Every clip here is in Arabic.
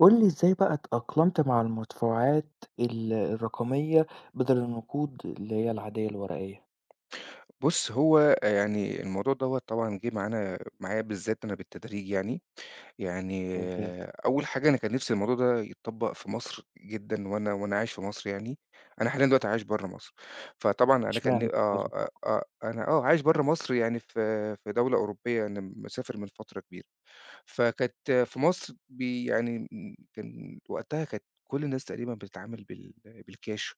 قُل لي إزاي بقى اتأقلمت مع المدفوعات الرقمية بدل النقود اللي هي العادية الورقية؟ بُص، هو يعني الموضوع دوّة طبعًا جِه معانا معايا بالذات أنا بالتدريج يعني. إزاي؟ أول حاجة أنا كان نِفْسي الموضوع ده يتطبّق في مصر جدًا وأنا عايش في مصر يعني. أنا حاليًا دلوقتي عايش برّه مصر، فطبعًا أنا كان ن إشمعنى كنت عايز آه، آه، تطبّق؟ آه، أنا آه، عايش برّه مصر يعني في دولة أوروبية، أنا مسافر من فترة كبيرة. فكانت في مصر يعني كان وقتها كانت كل الناس تقريبًا بتتعامل بالكاش،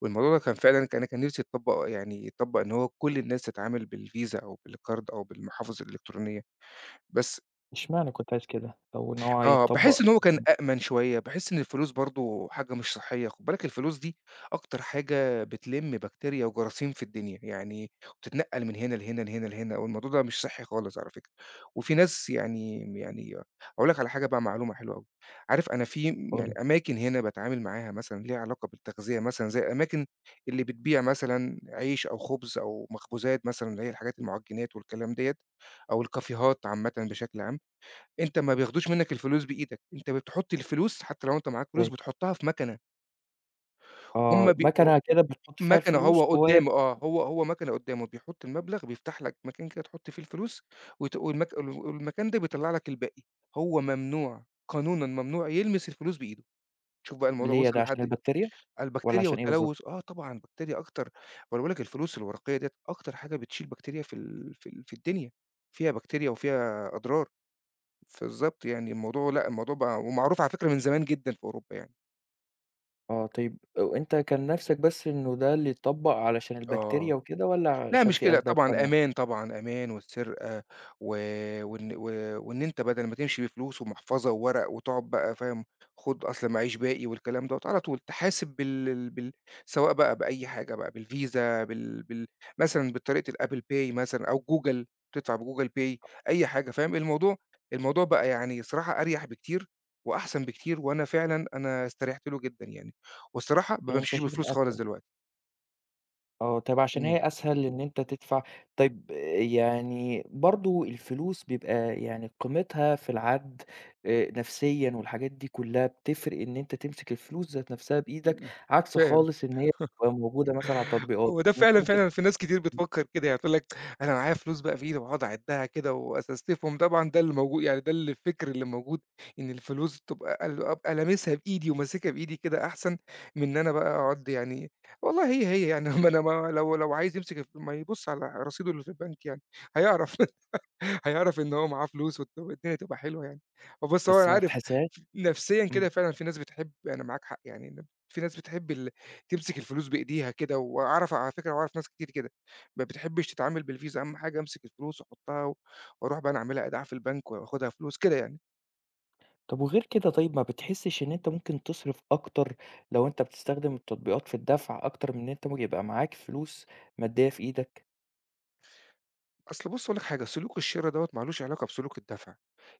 والموضوع ده أنا كان نِفْسي يتطبّق يعني يتطبّق إن هو كل الناس تتعامل بالفيزا أو بالكارد أو بالمحافظ الإلكترونية، بس إشمعنى كنت عايز كده أو إن هو آه، باحس يتطبّق؟ إن هو كان أأمن شوية، باحس إن الفلوس برضه حاجة مش صحّية. خُد بالك الفلوس دي أكتر حاجة بتلِم بكتيريا وجراثيم في الدنيا، يعني وبتتنقّل من هنا لهنا، لهنا، لهنا، والموضوع ده مش صحّي خالص على فكرة. وفي ناس يعني هاقول لك على حاجة بقى معلومة حلوة أوي. عارف أنا في قُل يعني لي. أماكن هنا باتعامل معاها مثلًا ليها علاقة بالتغذية مثلًا، زي الأماكن اللي بتبيع مثلًا عيش أو خُبز أو مخبوزات مثلًا اللي هي الحاجات المُعجّنات والكلام ديّة، أو الكافيهات عامةً بشكل عام. أنت ما بياخدوش منّك الفلوس بإيدك، أنت بتحُط الفلوس حتى لو أنت معاك فلوس إزاي؟ بتحُطّها في مَكَنة. هُم آه، بي ه مَكَنة كده بتحُط فيها مَكَنة الفلوس وهي... هو مَكَنة قُدّامه بيحُط المبلغ، بيفتح لك مكان كده تحُط فيه الفلوس وت والمك ال والمكان ده بيطلّع لك الباقي. هو ممنوع قانونًا، ممنوع يلمس الفلوس بإيده. شوف بقى الموضوع ليه وصل ده، عشان لحد البكتيريا والّا البكتيريا عشان إيه بالضبط؟ والتلوث. طبعًا البكتيريا أكتر ما أنا باقول لك، الفلوس الورقية ديّة أكتر حاجة بتشيل بكتيريا في ال في ال في الدنيا، فيها بكتيريا وفيها أضرار. بالضبط، يعني الموضوع لأ، الموضوع بقى ومعروف على فكرة من زمان جدًا في أوروبا يعني. آه، طيب وأنت كان نَفْسك بس إنه ده اللي يتطبّق علشان آه، البكتيريا وكده والّا لأ عشان مش في كده، أسباب طبعًا تانية؟ أمان طبعًا، أمان والسرقة، و وإن و وإن أنت بدل ما تمشي بفلوس ومحفظة وورق وتقعد بقى فاهم، خُد أصل معيش باقي والكلام دوّة، على طول تحاسب بال سواء بقى بأي حاجة بقى بالفيزا بال مثلًا بطريقة الApple Pay مثلًا أو جوجل، تدفع بجوجل Pay أي حاجة فاهم. الموضوع بقى يعني صراحة أريح بكتير وأحسن بكتير، وأنا فعلًا أنا استريحت له جدًا يعني، والصراحة ما يعني أنت بامشيش شايف إن بفلوس خالص أس... دلوقتي. آه، طيب عشان إمم، هي أسهل إن أنت تدفع. طيب، يعني برضه الفلوس بيبقى يعني قيمتها في العَد... نفسيًا والحاجات دي كلّها بتفرق إن أنت تمسك الفلوس ذات نفسها بإيدك، إمم، عكس فاهم. خالص إن هي بتبقى موجودة مثلًا على التطبيقات، هو ده وأنت فعلًا، ممكن... فعلًا في ناس كتير بتفكّر كده. يعني تقول لك أنا معايا فلوس بقى في إيدي وأقعد أعدّها كده وأستنسفهم. طبعًا ده اللي موجود يعني ده اللي الفكر اللي موجود، إن الفلوس تبقى ال أبقى لامسها بإيدي وماسكها بإيدي كده أحسن من إن أنا بقى أقعد يعني. والله هي يعني ما أنا ما لو عايز يمسك الف ما يبُص على رصيده اللي في البنك يعني هيعرف. هيعرف إن هو معاه فلوس والدنيا تبقى حلوة يعني. بُص، هو بس أنا ما عارف، بتحسهاش. نفسيًا إمم. كده فعلًا في ناس بتحب، أنا معاك حق يعني إن في ناس بتحب تمسك الفلوس بإيديها كده، وأعرف على فكرة أعرف ناس كتير كده ما بتحبش تتعامل بالفيزا، أهم حاجة أمسك الفلوس وأحطها وأروح بقى أنا أعملها إيداع في البنك وآخدها فلوس، كده يعني. طب وغير كده، طيب ما بتحسش إن أنت ممكن تصرف أكتر لو أنت بتستخدم التطبيقات في الدفع، أكتر من إن أنت ممكن يبقى معاك فلوس مادية في إيدك؟ أصل بُص هاقول لك حاجة، سلوك الشِرا دوّة ما لوش علاقة بسلوك الدفع.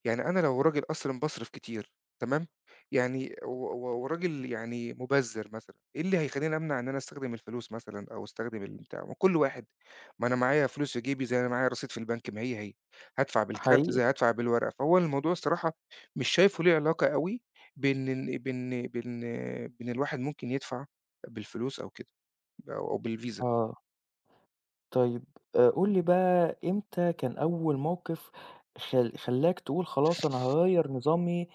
يعني أنا لو راجل أصلًا باصرف كتير تمام، يعني و و وراجل يعني مُبذِّر مثلًا، إيه اللي هيخلّيني أمنع إن أنا أستخدم الفلوس مثلًا أو أستخدم البتاع؟ ما كل واحد، ما أنا معايا فلوس في جيبي زي ما أنا معايا رصيد في البنك، ما هي، هي. هادفع بالكارت حقيقي. زي هادفع بالورقة، فهو الموضوع الصراحة مش شايفه ليه علاقة أوي بإن إن بإن بإن بإن الواحد ممكن يدفع بالفلوس أو كده أو بالفيزا. آه. طيب، قُل لي بقى إمتى كان أول موقف خلّاك تقول خلاص أنا هاغيّر نظامي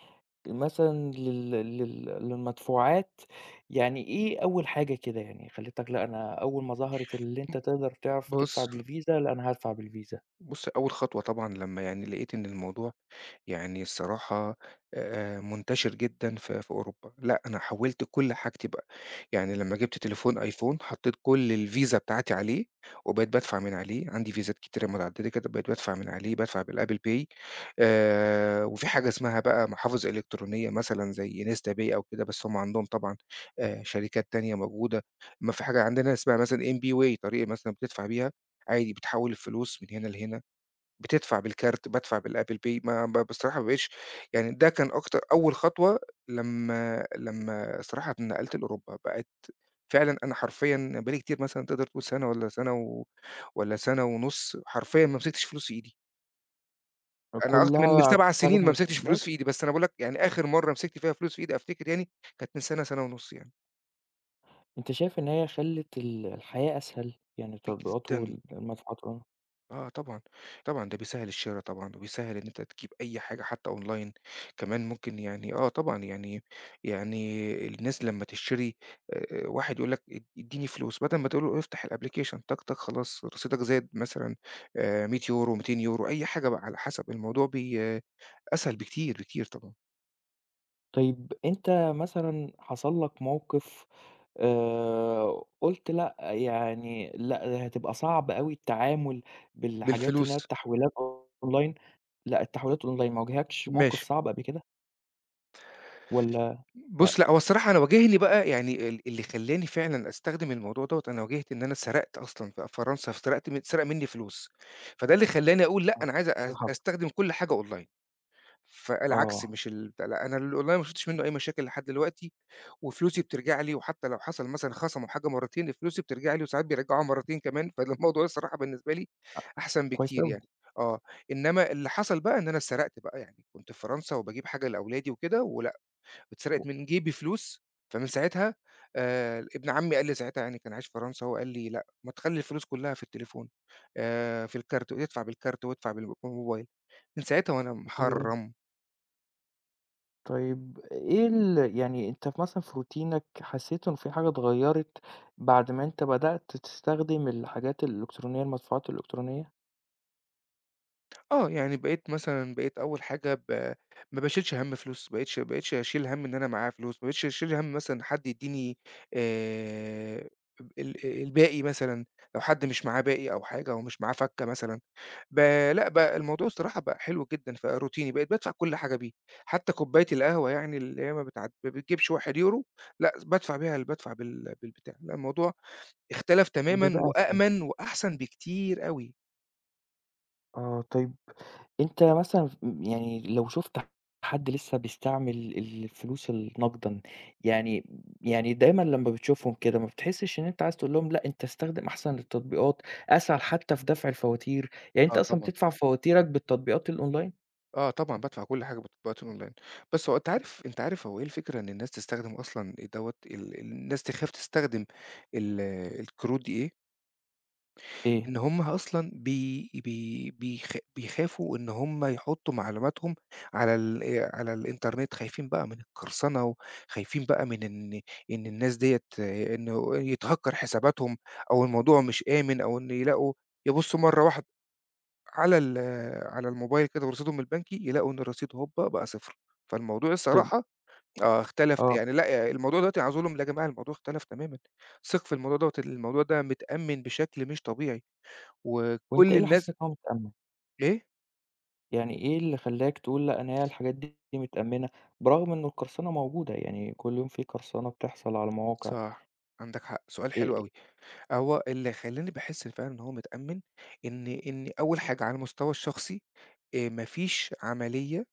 مثلًا لل لل للمدفوعات. يعني إيه أول حاجة كده، يعني خلّتك لأ، أنا أول ما ظهرت اللي أنت تقدر تعرف تدفع بُص بالفيزا، لأ أنا هادفع بالفيزا؟ بُص، أول خطوة طبعًا لمّا يعني لقيت إن الموضوع يعني الصراحة منتشر جدًا في أوروبا، لأ أنا حوّلت كل حاجتي بقى. يعني لمّا جِبت تليفون أيفون حطيت كل الفيزا بتاعتي عليه، وبقيت بادفع من عليه، عندي فيزات كتيرة متعددة كده بقيت بادفع من عليه، بادفع بالApple Pay. وفي حاجة اسمها بقى محافظ إلكترونية مثلًا زي Nesta Pay أو كده، بس هم عندهم طبعًا شركات تانية موجودة. أمّا في حاجة عندنا اسمها مثلًا MBWay طريقة مثلًا بتدفع بيها عادي، بتحوّل الفلوس من هنا لهنا، بتدفع بالكارت، بادفع بالApple Pay. ما ب بصراحة ما بقيتش يعني، ده كان أكتر أول خطوة، لمّا الصراحة اتنقلت لأوروبا، بقيت فعلًا. أنا حرفيًا بقى لي كتير، مثلًا تقدر تقول سَنة والّا سَنة و والّا سَنة ونُص حرفيًا ما مسكتش فلوس في إيدي. أنا أكتر من كلّها 7 سنين ما بتستخدم مسكتش التطبيقات. فلوس في إيدي، بس أنا باقول لك يعني آخر مرّة مسكت فيها فلوس في إيدي أفتكر يعني كانت من سَنة، سَنة ونُص يعني، أنت شايف إن هي خلّت الحياة أسهل، يعني بكتير التطبيقات جدًا. والمدفوعات؟ آه طبعًا، ده بيسهّل الشِرا طبعًا، وبيسهّل إن أنت تجيب أي حاجة حتى أونلاين. كمان ممكن يعني طبعًا يعني، الناس لمّا تشتري واحد يقول لك ادّيني فلوس، بدل ما تقول له افتح الapplication طَق، طَق خلاص رصيدك زاد مثلًا 100€ 200€ أي حاجة بقى على حسب. الموضوع بي آه، أسهل بكتير، بكتير طبعًا، طيب أنت مثلًا حصل لك موقف قُلت لأ، يعني لأ، ده هتبقى صعب أوي التعامل بالحاجات بالفلوس إنها التحويلات أونلاين؟ لأ، التحويلات أونلاين ما واجهكش موقف ماشي. صعب قبل كده والّا؟ لأ؟ بُص، لأ هو الصراحة أنا واجهني بقى يعني اللي خلّاني فعلًا أستخدم الموضوع دوّة. أنا واجهت إن أنا سرقت أصلًا في فرنسا، سرقت من اتسرق مني فلوس، فده اللي خلّاني أقول لأ، أنا عايز الحق. أستخدم كل حاجة أونلاين. فالعكس آه، مش ال بتاع لأ، أنا الأونلاين ما شُفتش منّه أي مشاكل لحد دلوقتي، وفلوسي بترجع لي، وحتى لو حصل مثلًا خصموا حاجة مرّتين، فلوسي بترجع لي، وساعات بيرجّعوها مرّتين كمان، فالموضوع الصراحة بالنسبة لي أ... أحسن كويس بكتير أوي. يعني. آه، إنّما اللي حصل بقى إن أنا سرقت بقى، يعني كنت في فرنسا وباجيب حاجة لأولادي وكده واتسرقت و... من جيبي فلوس. فمن ساعتها ابن عمي قال لي ساعتها، يعني كان عايش في فرنسا، هو قال لي: "لأ، ما تخلّي الفلوس كلّها في التليفون، في الكارت وادفع بالكارت وادفع بالموبايل." من ساعتها وأنا حلو أوي. محرّم. طيب إيه ال... يعني أنت في مثلًا في روتينك حسيت إن في حاجة اتغيّرت بعد ما أنت بدأت تستخدم الحاجات الإلكترونية، المدفوعات الإلكترونية؟ آه، يعني بقيت أول حاجة، ما باشيلش هَم فلوس، ما بقيتش، أشيل هَم إن أنا معايا فلوس، ما بقيتش أشيل هَم مثلًا حد يدّيني آآ ال الباقي مثلًا، لو حد مش معاه باقي أو حاجة أو مش معاه فَكّة مثلًا. ب لأ بقى الموضوع الصراحة بقى حلو جدًا، فبقى روتيني، بقيت بادفع كل حاجة بيه، حتى كوباية القهوة يعني اللي هي ما بتجيبش 1€، لأ بادفع بيها ال بادفع بالبتاع، لأ الموضوع اختلف تمامًا بيبقى أسهل. وأأمن وأحسن بكتير أوي. آه، طيب أنت مثلًا ف... يعني لو شُفت حد لسه بيستعمل الفلوس النقدًا، يعني... يعني دايمًا لمّا بتشوفهم كده ما بتحسّش إن أنت عايز تقول لهم لأ، أنت استخدم أحسن التطبيقات، أسهل حتى في دفع الفواتير؟ يعني أنت آه أصلًا طبعًا. بتدفع فواتيرك بالتطبيقات الأونلاين؟ آه طبعًا بادفع كل حاجة بالتطبيقات الأونلاين، بس هو أنت عارف هو إيه الفكرة إن الناس تستخدم أصلًا دوّة، الناس تخاف تستخدم ال الكروت دي إيه؟ إيه؟ إن هم أصلًا بي بي بيخ بيخافوا إن هم يحطّوا معلوماتهم على ال على الإنترنت، خايفين بقى من القرصنة، وخايفين بقى من إن الناس ديّة إنه يتهكّر حساباتهم أو الموضوع مش آمن، أو إن يلاقوا يبُصّوا مرّة واحدة على على الموبايل كده ورصيدهم البنكي، يلاقوا إن الرصيد هوبا بقى 0. فالموضوع طيب. الصراحة اختلف آه. يعني لأ، الموضوع دلوقتي عاوز أقول لهم: لا، "يا جماعة الموضوع اختلف تمامًا، ثق في الموضوع دوّة، الموضوع ده متأمّن بشكل مش طبيعي." وأنت وكل إيه اللي حسّسك الناس. إن هو متأمن؟ إيه؟ يعني إيه اللي خلّاك تقول لأ، أنا هي الحاجات دي متأمنة، برغم إن القرصنة موجودة؟ يعني كل يوم في قرصنة بتحصل على المواقع. صح، عندك حق، سؤال إيه... حلو أوي. هو اللي خلّاني باحس فعلًا إن هو متأمِّن، إن أول حاجة على المستوى الشخصي، ما فيش عملية،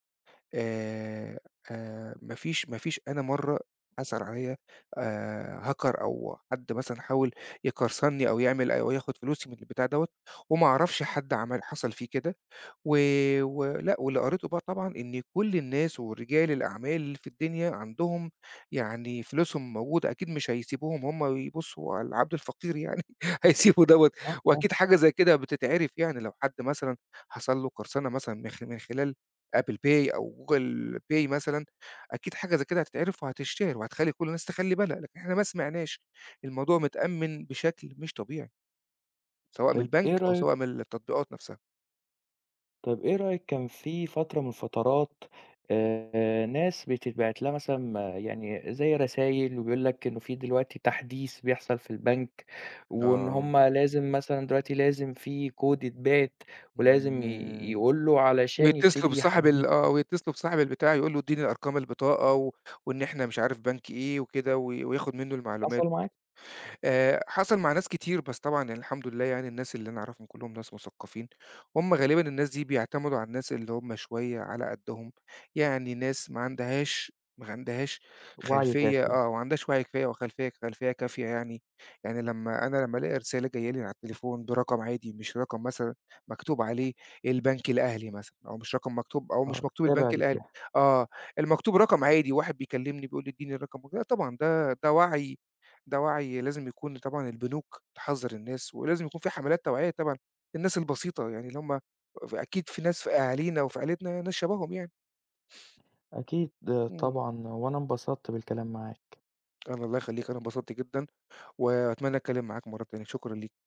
آآ ما فيش، أنا مرّة عثر عليّا hacker أو حد مثلًا حاول يقرصنّي أو يعمل ياخُد فلوسي من البتاع دوّة، وما أعرفش حد عمل حصل فيه كده. و ولأ، واللي قريته بقى طبعًا إن كل الناس ورجال الأعمال في الدنيا عندهم يعني فلوسهم موجودة، أكيد مش هيسيبوهم هم يبُصّوا على العبد الفقير يعني، هيسيبوا دوّة. آه، آه، وأكيد حاجة زي كده بتتعرف يعني، لو حد مثلًا حصل له قرصنة مثلًا من خلال Apple Pay أو Google Pay مثلًا، أكيد حاجة زي كده هتتعرف وهتتشهر وهتخلّي كل الناس تخلّي بالها، لكن إحنا ما سمعناش. الموضوع متأمّن بشكل مش طبيعي، سواء من طيب البنك إيه أو رأيك؟ سواء من التطبيقات نفسها. طيب إيه رأيِك كان في فترة من الفترات ناس بتتبعت لها مثلًا، آه، يعني زي رسايل وبيقول لك إنه في دلوقتي تحديث بيحصل في البنك، وإن آه. هم لازم مثلًا دلوقتي لازم في كود يتبعت ولازم إمم. يقول له علشان يبتدي يحدِّث لك. ويتصلوا بصاحب البتاع يقول له ادّيني أرقام البطاقة، و وإن إحنا مش عارف بنك إيه وكده وياخد منّه المعلومات حصل معاك؟ وكده. حصل مع ناس كتير، بس طبعًا يعني الحمد لله يعني الناس اللي أنا أعرفهم كلّهم ناس مثقّفين. هُم غالبًا الناس دي بيعتمدوا على الناس اللي هُم شوية على قدّهم، يعني ناس ما عندهاش، ما عندهاش وعي خلفية، كافي. ما عندهاش وعي كفاية وخلفية، كافية يعني. يعني لمّا أنا ألاقي رسالة جاية لي على التليفون برقم عادي، مش رقم مثلًا مكتوب عليه البنك الأهلي مثلًا، أو مش رقم مكتوب أو آه، مش مكتوب تابع البنك الأهلي، للجهة. آه، المكتوب رقم عادي، واحد بيكلّمني بيقول لي ادّيني الرقم وكده، طبعًا ده وعي، لازم يكون طبعًا البنوك تحذّر الناس، ولازم يكون في حملات توعية طبعًا للناس البسيطة، يعني اللي هم، أكيد في ناس في أهالينا وفي عيلتنا يعني ناس شبههم يعني. أكيد، آه، إمم. طبعًا، وأنا انبسطت بالكلام معاك. الله يخلّيك، أنا انبسطت جدًا وأتمنى أتكلّم معاك مرّة تانية، شكرًا ليك.